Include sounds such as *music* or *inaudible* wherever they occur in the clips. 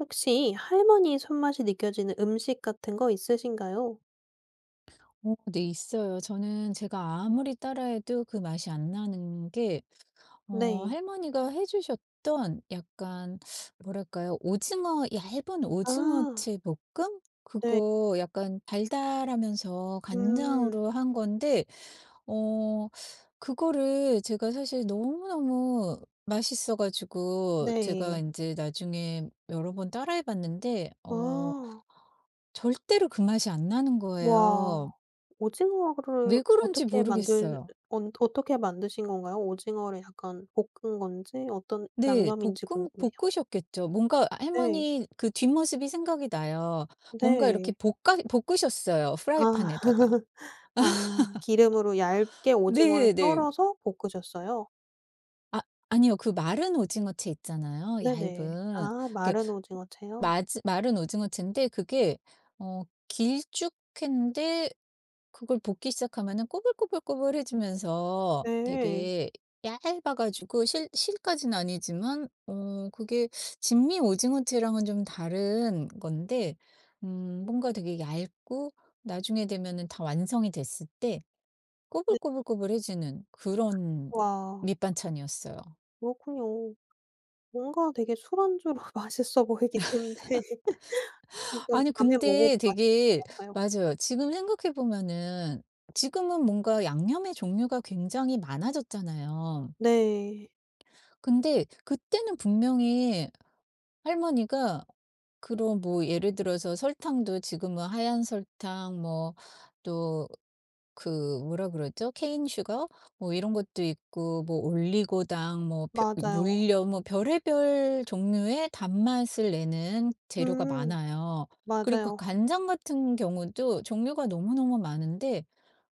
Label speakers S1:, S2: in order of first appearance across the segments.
S1: 혹시 할머니 손맛이 느껴지는 음식 같은 거 있으신가요?
S2: 네, 있어요. 저는 제가 아무리 따라해도 그 맛이 안 나는 게
S1: 네.
S2: 할머니가 해 주셨던 약간 뭐랄까요? 오징어, 얇은
S1: 아
S2: 오징어채 볶음?
S1: 네.
S2: 그거 약간 달달하면서
S1: 음
S2: 간장으로 한 건데 어 그거를 제가 사실 너무너무 맛있어 가지고 제가
S1: 네.
S2: 이제 나중에 여러 번 따라해 봤는데
S1: 아.
S2: 절대로 그 맛이 안 나는
S1: 와.
S2: 거예요.
S1: 오징어를
S2: 왜 그런지
S1: 어떻게 만들
S2: 모르겠어요.
S1: 언 어떻게 만드신 건가요? 오징어를 약간 볶은 건지 어떤
S2: 네.
S1: 양념인지
S2: 볶음
S1: 궁금해요.
S2: 볶으셨겠죠. 뭔가
S1: 네.
S2: 할머니 그 뒷모습이 생각이 나요. 뭔가 이렇게
S1: 네.
S2: 볶아 볶으셨어요,
S1: 아.
S2: 프라이팬에다가.
S1: *laughs* 아 기름으로 얇게 오징어를
S2: 네네.
S1: 썰어서 볶으셨어요?
S2: 아 아니요. 그 마른 오징어채 있잖아요,
S1: 네네.
S2: 얇은.
S1: 아
S2: 그
S1: 마른 오징어채요?
S2: 마즈 마른 오징어채인데 그게 어 길쭉한데 그걸 볶기 시작하면은 꼬불꼬불꼬불해지면서
S1: 네.
S2: 되게 얇아 가지고 실 실까지는 아니지만 그게 진미 오징어채랑은 좀 다른 건데 뭔가 되게 얇고 나중에 되면은 다 완성이 됐을 때
S1: 네.
S2: 꼬불꼬불꼬불해지는 그런
S1: 와.
S2: 밑반찬이었어요.
S1: 그렇군요. 뭔가 되게 술안주로 *laughs* 맛있어 보이긴 한데 약간
S2: 아니
S1: 밤에 먹어도
S2: 근데
S1: 맛있을
S2: 되게,
S1: 것 같아요.
S2: 맞아요. 지금 생각해 보면은 지금은 뭔가 양념의 종류가 굉장히 많아졌잖아요.
S1: 네.
S2: 근데 그때는 분명히 할머니가 그런 뭐 예를 들어서 설탕도 지금은 하얀 설탕 뭐또 그 뭐라 그러죠? 케인 슈거 뭐 이런 것도 있고 뭐 올리고당 뭐
S1: 맞아요.
S2: 물엿 뭐 별의별 종류의 단맛을 내는 재료가
S1: 음.
S2: 많아요. 그리고
S1: 맞아요.
S2: 간장 같은 경우도 종류가 너무너무 많은데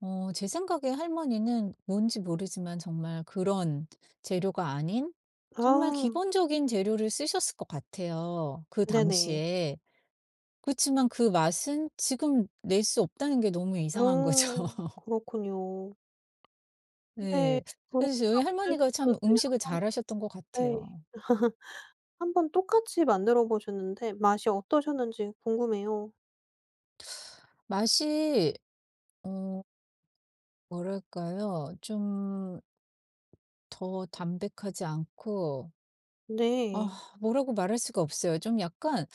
S2: 제 생각에 할머니는 뭔지 모르지만 정말 그런 재료가 아닌 정말
S1: 아.
S2: 기본적인 재료를 쓰셨을 것 같아요, 그
S1: 네네.
S2: 당시에. 그렇지만 그 맛은 지금 낼 수 없다는 게 너무 이상한 거죠.
S1: 음.
S2: *laughs*
S1: 그렇군요. 근데
S2: 네.
S1: 그렇게
S2: 그래서 저희 할머니가 참
S1: 만드셨는데 한
S2: 음식을
S1: 번
S2: 잘하셨던 것
S1: 네.
S2: 같아요.
S1: 한번 똑같이 만들어 보셨는데 맛이 어떠셨는지 궁금해요.
S2: 맛이 어 뭐랄까요? 좀 더 담백하지 않고,
S1: 네.
S2: 아 뭐라고 말할 수가 없어요. 좀 약간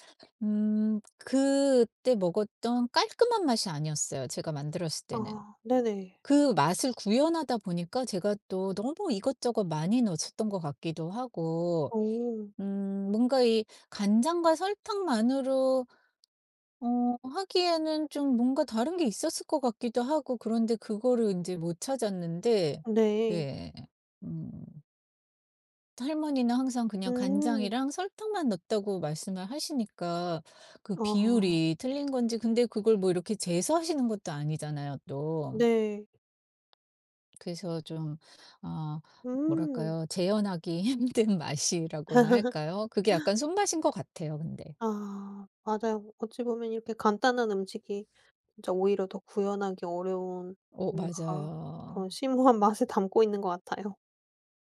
S2: 그때 먹었던 깔끔한 맛이 아니었어요, 제가 만들었을 때는.
S1: 아 네네.
S2: 그 맛을 구현하다 보니까 제가 또 너무 이것저것 많이 넣었던 것 같기도 하고
S1: 오
S2: 뭔가 이 간장과 설탕만으로 하기에는 좀 뭔가 다른 게 있었을 것 같기도 하고, 그런데 그거를 이제 못 찾았는데.
S1: 네.
S2: 네. 음. 할머니는 항상 그냥
S1: 음.
S2: 간장이랑 설탕만 넣었다고 말씀을 하시니까 그
S1: 아.
S2: 비율이 틀린 건지, 근데 그걸 뭐 이렇게 재서하시는 것도 아니잖아요, 또.
S1: 네.
S2: 그래서 좀 어
S1: 음.
S2: 뭐랄까요? 재현하기 *laughs* 힘든 맛이라고나 할까요? 그게 약간 손맛인 것 같아요, 근데.
S1: 아 맞아요. 어찌 보면 이렇게 간단한 음식이 진짜 오히려 더 구현하기 어려운
S2: 오
S1: 뭔가 그런
S2: 맞아요.
S1: 심오한 *laughs* 맛을 담고 있는 것 같아요.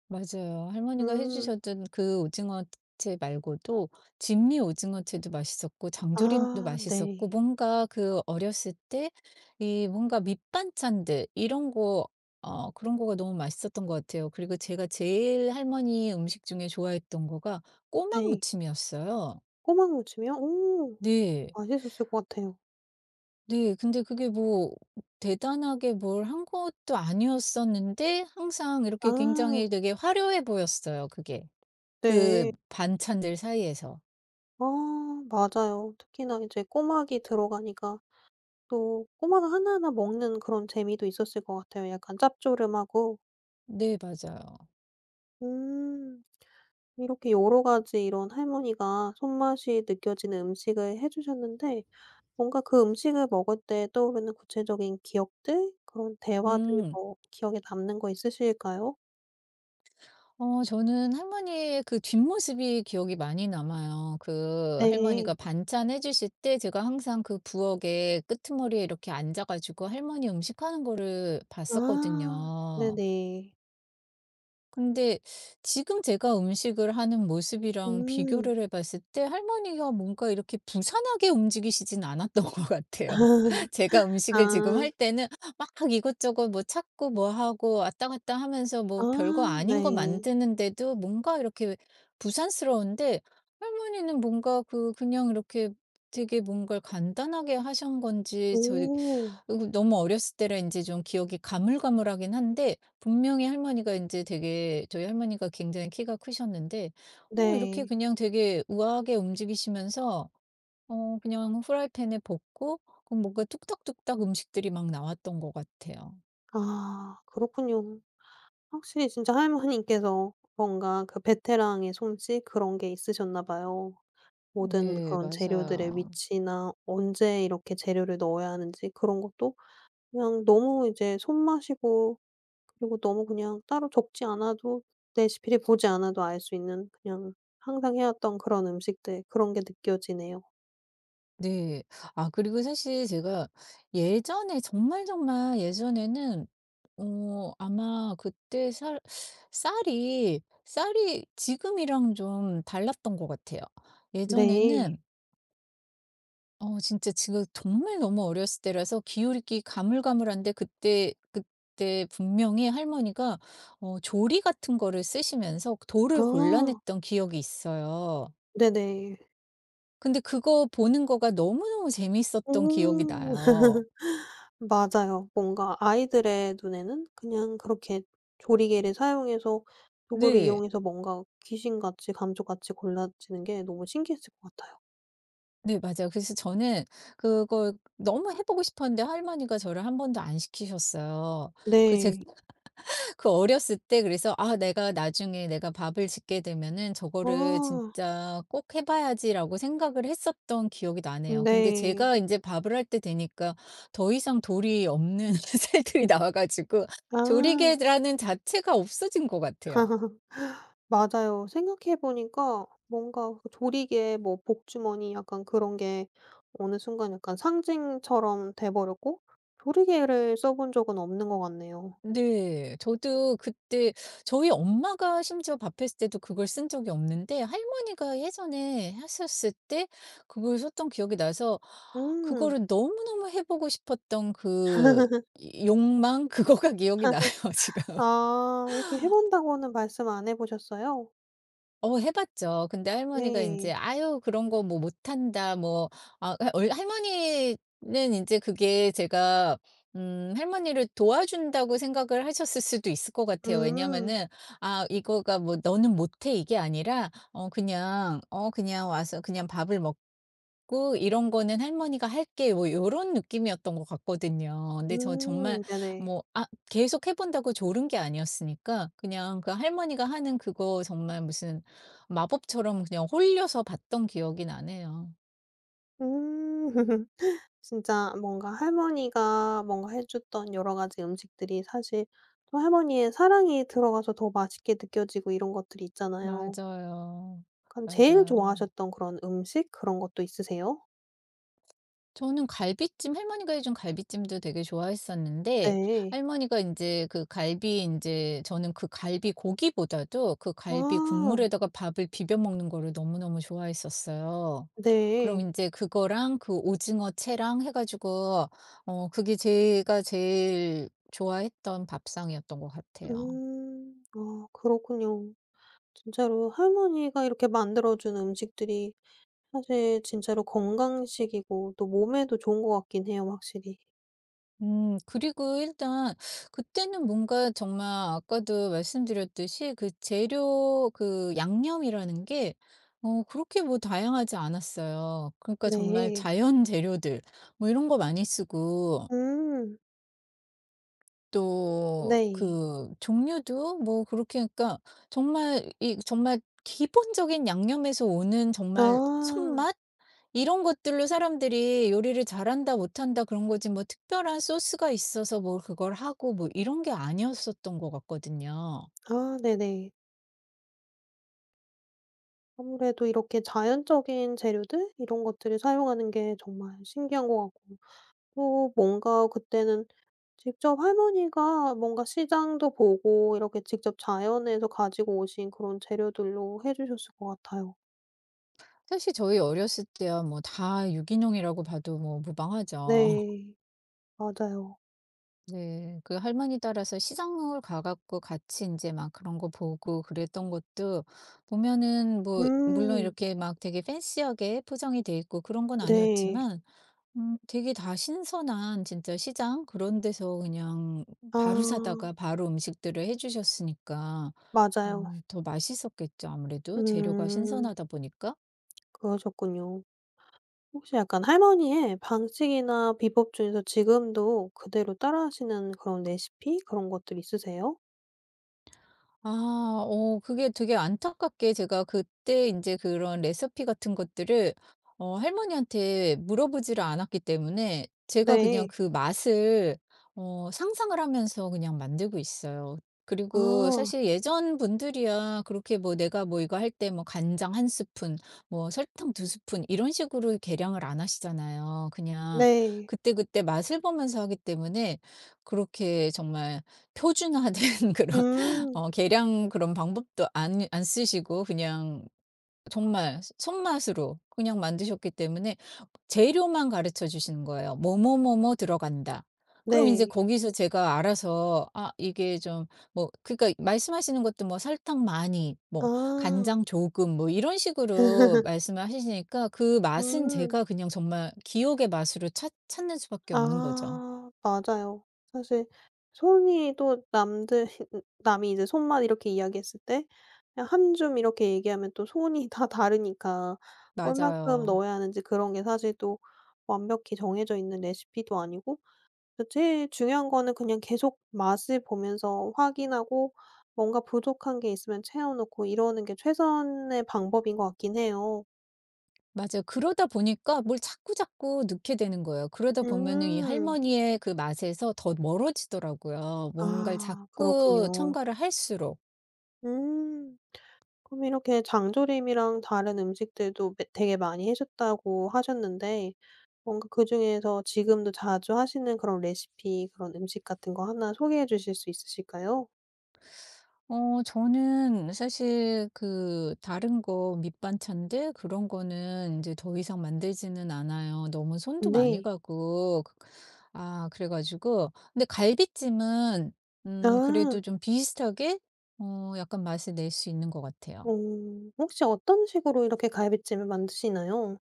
S2: 맞아요. 할머니가 해
S1: 음.
S2: 주셨던 그 오징어채 말고도 진미 오징어채도 맛있었고 장조림도
S1: 아
S2: 맛있었고
S1: 네.
S2: 뭔가 그 어렸을 때 이 뭔가 밑반찬들 이런 거, 그런 거가 너무 맛있었던 것 같아요. 그리고 제가 제일 할머니 음식 중에 좋아했던 거가 꼬막
S1: 네.
S2: 무침이었어요.
S1: 꼬막 무침이요? 오
S2: 네.
S1: 맛있었을 것 같아요.
S2: 네. 근데 그게 뭐 대단하게 뭘 한 것도 아니었었는데 항상 이렇게 굉장히
S1: 아
S2: 되게 화려해 보였어요, 그게.
S1: 네.
S2: 그 반찬들 사이에서.
S1: 아 맞아요. 특히나 이제 꼬막이 들어가니까 또 꼬막 하나하나 먹는 그런 재미도 있었을 것 같아요. 약간 짭조름하고.
S2: 네, 맞아요.
S1: 음. 이렇게 여러 가지 이런 할머니가 손맛이 느껴지는 음식을 해 주셨는데 뭔가 그 음식을 먹을 때 떠오르는 구체적인 기억들 그런 대화들
S2: 음.
S1: 뭐 기억에 남는 거 있으실까요?
S2: 저는 할머니의 그 뒷모습이 기억이 많이 남아요. 그
S1: 네.
S2: 할머니가 반찬 해 주실 때 제가 항상 그 부엌에 끄트머리에 이렇게 앉아 가지고 할머니 음식하는 거를
S1: 아
S2: 봤었거든요.
S1: 네네.
S2: 근데 지금 제가 음식을 하는 모습이랑
S1: 음.
S2: 비교를 해 봤을 때 할머니가 뭔가 이렇게 부산하게 움직이시진 않았던 *laughs* 것 같아요.
S1: *laughs*
S2: *laughs* 제가 음식을 지금
S1: 아.
S2: 할 때는 막 이것저것 뭐 찾고 뭐 하고 왔다 갔다 하면서
S1: 아
S2: 뭐 별거 아닌
S1: 네.
S2: 거 만드는데도 뭔가 이렇게 부산스러운데, 할머니는 뭔가 그 그냥 이렇게 되게 뭔가를 간단하게 하신 건지,
S1: 오
S2: 너무 어렸을 때라 이제 좀 기억이 가물가물하긴 한데 분명히 할머니가 이제 되게 저희 할머니가 굉장히 키가 크셨는데 이렇게
S1: 네.
S2: 그냥 되게 우아하게 움직이시면서 그냥 프라이팬에 볶고, 그럼 뭔가 뚝딱뚝딱 음식들이 막 나왔던 것 같아요.
S1: 아 그렇군요. 확실히 진짜 할머니께서 뭔가 그 베테랑의 솜씨 그런 게 있으셨나 봐요. 모든
S2: 네,
S1: 그런 재료들의
S2: 맞아요.
S1: 위치나 언제 이렇게 재료를 넣어야 하는지 그런 것도 그냥 너무 이제 손맛이고 그리고 너무 그냥 따로 적지 않아도 레시피를 보지 않아도 알 수 있는 그냥 항상 해왔던 그런 음식들 그런 게 느껴지네요.
S2: 네. 아 그리고 사실 제가 예전에 정말, 정말 예전에는 아마 그때 살 쌀이 지금이랑 좀 달랐던 것 같아요.
S1: 네.
S2: 예전에는 진짜 지금 정말 너무 어렸을 때라서 기울기 가물가물한데 그때 분명히 할머니가 조리 같은 거를 쓰시면서 돌을
S1: 아
S2: 골라냈던 기억이 있어요.
S1: 네네.
S2: 근데 그거 보는 거가 너무너무 재미있었던 기억이
S1: 오. *laughs*
S2: 나요.
S1: 맞아요. 뭔가 아이들의 눈에는 그냥 그렇게 조리개를 사용해서 도구를
S2: 네.
S1: 이용해서 뭔가 귀신같이 감쪽같이 골라지는 게 너무 신기했을 것 같아요.
S2: 네, 맞아요. 그래서 저는 그걸 너무 해 보고 싶었는데 할머니가 저를 한 번도 안 시키셨어요. 그제
S1: 네.
S2: 그 어렸을 때, 그래서 '아 내가 나중에 내가 밥을 짓게 되면은 저거를
S1: 아
S2: 진짜 꼭 해 봐야지.'라고 생각을 했었던 기억이 나네요. 근데
S1: 네.
S2: 제가 인제 밥을 할 때 되니까 더 이상 돌이 없는 *laughs* 살들이 나와 가지고
S1: 아.
S2: 조리개라는 자체가 없어진 것 같아요.
S1: *laughs* 맞아요. 생각해 보니까 뭔가 그 조리개 뭐 복주머니 약간 그런 게 어느 순간 약간 상징처럼 돼 버렸고 조리개를 써본 적은 없는 것 같네요.
S2: 네. 저도 그때 저희 엄마가 심지어 밥했을 때도 그걸 쓴 적이 없는데 할머니가 예전에 하셨을 때 그걸 썼던 기억이 나서
S1: 음.
S2: 그거를 너무너무 해 보고 싶었던 그 욕망 *laughs* 그거가 기억이 나요, 지금.
S1: 아 이렇게 해 본다고는 말씀 안 해 보셨어요?
S2: 해 봤죠. 근데 할머니가 이제
S1: 네.
S2: "아유 그런 거 뭐 못한다." 뭐, 아 할 얼 할머니는 이제 그게 제가 할머니를 도와준다고 생각을 하셨을 수도 있을 것 같아요.
S1: 음.
S2: 왜냐면은 아 이거가 뭐 "너는 못해." 이게 아니라 그냥 그냥 와서 그냥 밥을 먹고 있고 "이런 거는 할머니가 할게." 뭐 요런 느낌이었던 것 같거든요. 근데 저 정말
S1: 네네.
S2: 뭐 계속 해 본다고 졸은 게 아니었으니까 그냥 그 할머니가 하는 그거 정말 무슨 마법처럼 그냥 홀려서 봤던 기억이 나네요.
S1: 음. *laughs* 진짜 뭔가 할머니가 뭔가 해 줬던 여러 가지 음식들이 사실 또 할머니의 사랑이 들어가서 더 맛있게 느껴지고 이런 것들이 있잖아요.
S2: 맞아요.
S1: 그럼 제일
S2: 맞아요.
S1: 좋아하셨던 그런 음식 그런 것도 있으세요?
S2: 저는 갈비찜, 할머니가 해준 갈비찜도 되게 좋아했었는데
S1: 네.
S2: 할머니가 이제 그 갈비 이제 저는 그 갈비 고기보다도 그 갈비
S1: 아
S2: 국물에다가 밥을 비벼 먹는 거를 너무너무 좋아했었어요. 그럼
S1: 네.
S2: 이제 그거랑 그 오징어 채랑 해 가지고 그게 제가 제일 좋아했던 밥상이었던 것 같아요.
S1: 음. 아 그렇군요. 진짜로 할머니가 이렇게 만들어 준 음식들이 사실 진짜로 건강식이고 또 몸에도 좋은 것 같긴 해요 확실히.
S2: 그리고 일단 그때는 뭔가 정말, 아까도 말씀드렸듯이 그 재료 그 양념이라는 게 그렇게 뭐 다양하지 않았어요. 그러니까 정말
S1: 네.
S2: 자연 재료들 뭐 이런 거 많이 쓰고,
S1: 음.
S2: 또
S1: 네.
S2: 그 종류도 뭐 그렇게 그러니까 정말 이 정말 기본적인 양념에서 오는
S1: 아.
S2: 정말 손맛? 이런 것들로 사람들이 요리를 잘한다 못한다 그런 거지, 뭐 특별한 소스가 있어서 뭐 그걸 하고 뭐 이런 게 아니었었던 것 같거든요.
S1: 아 네네. 아무래도 이렇게 자연적인 재료들 이런 것들을 사용하는 게 정말 신기한 것 같고 또 뭔가 그때는 직접 할머니가 뭔가 시장도 보고 이렇게 직접 자연에서 가지고 오신 그런 재료들로 해 주셨을 것 같아요.
S2: 사실 저희 어렸을 때야 뭐 다 유기농이라고 봐도 뭐 무방하죠. *laughs*
S1: 네. 맞아요.
S2: 네. 그 할머니 따라서 시장을 가 갖고 같이 이제 막 그런 거 보고 그랬던 것도 보면은 뭐 물론
S1: 음.
S2: 이렇게 막 되게 팬시하게 포장이 돼 있고 그런 건
S1: 네.
S2: 아니었지만 되게 다 신선한 진짜 시장 그런 데서 그냥 바로
S1: 아
S2: 사다가 바로 음식들을 해 주셨으니까
S1: 맞아요.
S2: 더 맛있었겠죠, 아무래도 재료가
S1: 음.
S2: 신선하다 보니까.
S1: 그러셨군요. 혹시 약간 할머니의 방식이나 비법 중에서 지금도 그대로 따라하시는 그런 레시피 그런 것들 있으세요?
S2: 아 그게 되게 안타깝게 제가 그때 이제 그런 레시피 같은 것들을 할머니한테 물어보지를 않았기 때문에 제가 그냥
S1: 네.
S2: 그 맛을 상상을 하면서 그냥 만들고 있어요. 그리고
S1: 아
S2: 사실 예전 분들이야 그렇게 뭐 내가 뭐 이거 할 때 뭐 간장 1스푼 뭐 설탕 2스푼 이런 식으로 계량을 안 하시잖아요. 그냥
S1: 네.
S2: 그때그때 맛을 보면서 하기 때문에 그렇게 정말 표준화된 *laughs* 그런
S1: 음
S2: 계량 그런 방법도 안 쓰시고 그냥 정말 손맛으로 그냥 만드셨기 때문에 재료만 가르쳐 주시는 거예요. "뭐뭐뭐뭐 들어간다." 그럼 인제
S1: 네.
S2: 거기서 제가 알아서 아 이게 좀 뭐, 그러니까 말씀하시는 것도 뭐 설탕 많이 뭐
S1: 아.
S2: 간장 조금 뭐 이런 식으로
S1: *laughs*
S2: 말씀을 하시니까 그 맛은
S1: 음.
S2: 제가 그냥 정말 기억의 맛으로 찾 찾는 수밖에 없는 거죠.
S1: 아 맞아요. 사실 손이 또 남들 *laughs* 남이 이제 손맛 이렇게 이야기했을 때 그냥 한 줌 이렇게 얘기하면 또 손이 *laughs* 다 다르니까 얼마큼
S2: 맞아요.
S1: 넣어야 하는지 그런 게 사실 또 완벽히 정해져 있는 레시피도 아니고 그래서 제일 중요한 거는 그냥 계속 맛을 보면서 확인하고 뭔가 부족한 게 있으면 채워 놓고 이러는 게 최선의 방법인 것 같긴 해요.
S2: 맞아요. 그러다 보니까 뭘 자꾸자꾸 넣게 되는 거예요. 그러다 보면은 이
S1: 음.
S2: 할머니의 그 맛에서 더 멀어지더라고요. 뭔가를
S1: 아
S2: 자꾸
S1: 그렇군요.
S2: 첨가를 할수록.
S1: 음. 그럼 이렇게 장조림이랑 다른 음식들도 매 되게 많이 해줬다고 하셨는데 뭔가 그중에서 지금도 자주 하시는 그런 레시피 그런 음식 같은 거 하나 소개해 주실 수 있으실까요?
S2: 저는 사실 그 다른 거 밑반찬들 그런 거는 이제 더 이상 만들지는 않아요. 너무 손도 많이
S1: 네.
S2: 가고 그래 가지고 근데 갈비찜은
S1: 아.
S2: 그래도 좀 비슷하게 약간 맛을 낼 수 있는 것
S1: 어.
S2: 같아요.
S1: 혹시 어떤 식으로 이렇게 갈비찜을 만드시나요?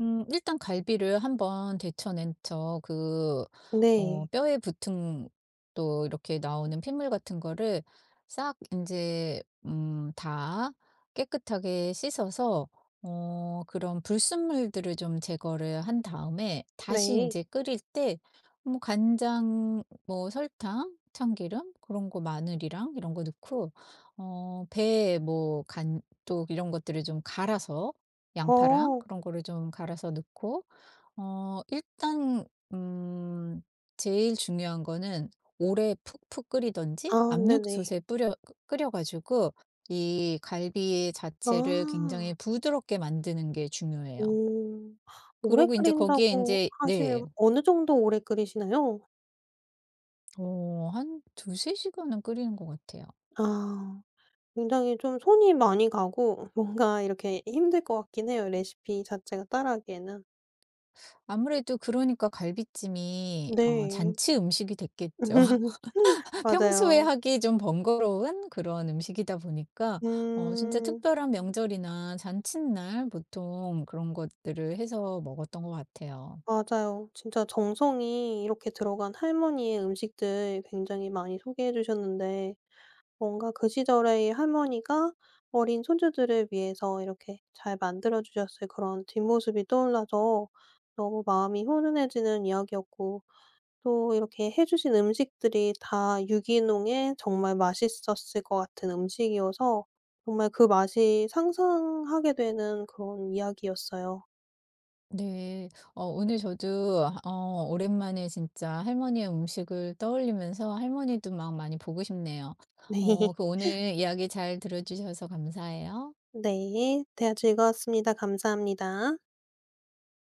S2: 일단 갈비를 한번 데쳐낸 척
S1: 네.
S2: 뼈에 붙은 또 이렇게 나오는 핏물 같은 거를 싹 이제 다 깨끗하게 씻어서 그런 불순물들을 좀 제거를 한 다음에 다시 이
S1: 네.
S2: 제 끓일 때 뭐 간장 뭐 설탕, 참기름 그런 거 마늘이랑 이런 거 넣고 배 뭐 간 또 이런 것들을 좀 갈아서 양파랑
S1: 어.
S2: 그런 거를 좀 갈아서 넣고 어 일단 음 제일 중요한 거는 오래 푹푹 끓이든지
S1: 아 네네.
S2: 압력솥에 뿌려 끓여 가지고 이 갈비 자체를
S1: 아.
S2: 굉장히 부드럽게 만드는 게 중요해요.
S1: 오. 오래
S2: 그러고 이제 거기에 이
S1: 끓인다고
S2: 제 네.
S1: 하시면 어느 정도 오래 끓이시나요?
S2: 한 두세 시간은 끓이는 것 같아요.
S1: 아. 굉장히 좀 손이 많이 가고 뭔가 이렇게 힘들 것 같긴 해요, 레시피 자체가 따라하기에는.
S2: 아무래도 그러니까 갈비찜이
S1: 네.
S2: 잔치 음식이 됐겠죠.
S1: *laughs*
S2: 평소에
S1: 맞아요.
S2: 하기 좀 번거로운 그런 음식이다 보니까 진짜
S1: 음.
S2: 특별한 명절이나 잔칫날 보통 그런 것들을 해서 먹었던 것 같아요.
S1: 맞아요. 진짜 정성이 이렇게 들어간 할머니의 음식들 굉장히 많이 소개해 주셨는데 뭔가 그 시절의 할머니가 어린 손주들을 위해서 이렇게 잘 만들어 주셨을 그런 뒷모습이 떠올라서 너무 마음이 훈훈해지는 이야기였고 또 이렇게 해 주신 음식들이 다 유기농에 정말 맛있었을 것 같은 음식이어서 정말 그 맛이 상상하게 되는 그런 이야기였어요.
S2: 네. 오늘 저도 하 어 오랜만에 진짜 할머니의 음식을 떠올리면서 할머니도 막 많이 보고 싶네요.
S1: *laughs* 네.
S2: 그 오늘 이야기 잘 들어 주셔서 감사해요.
S1: 네. 대화 즐거웠습니다. 감사합니다.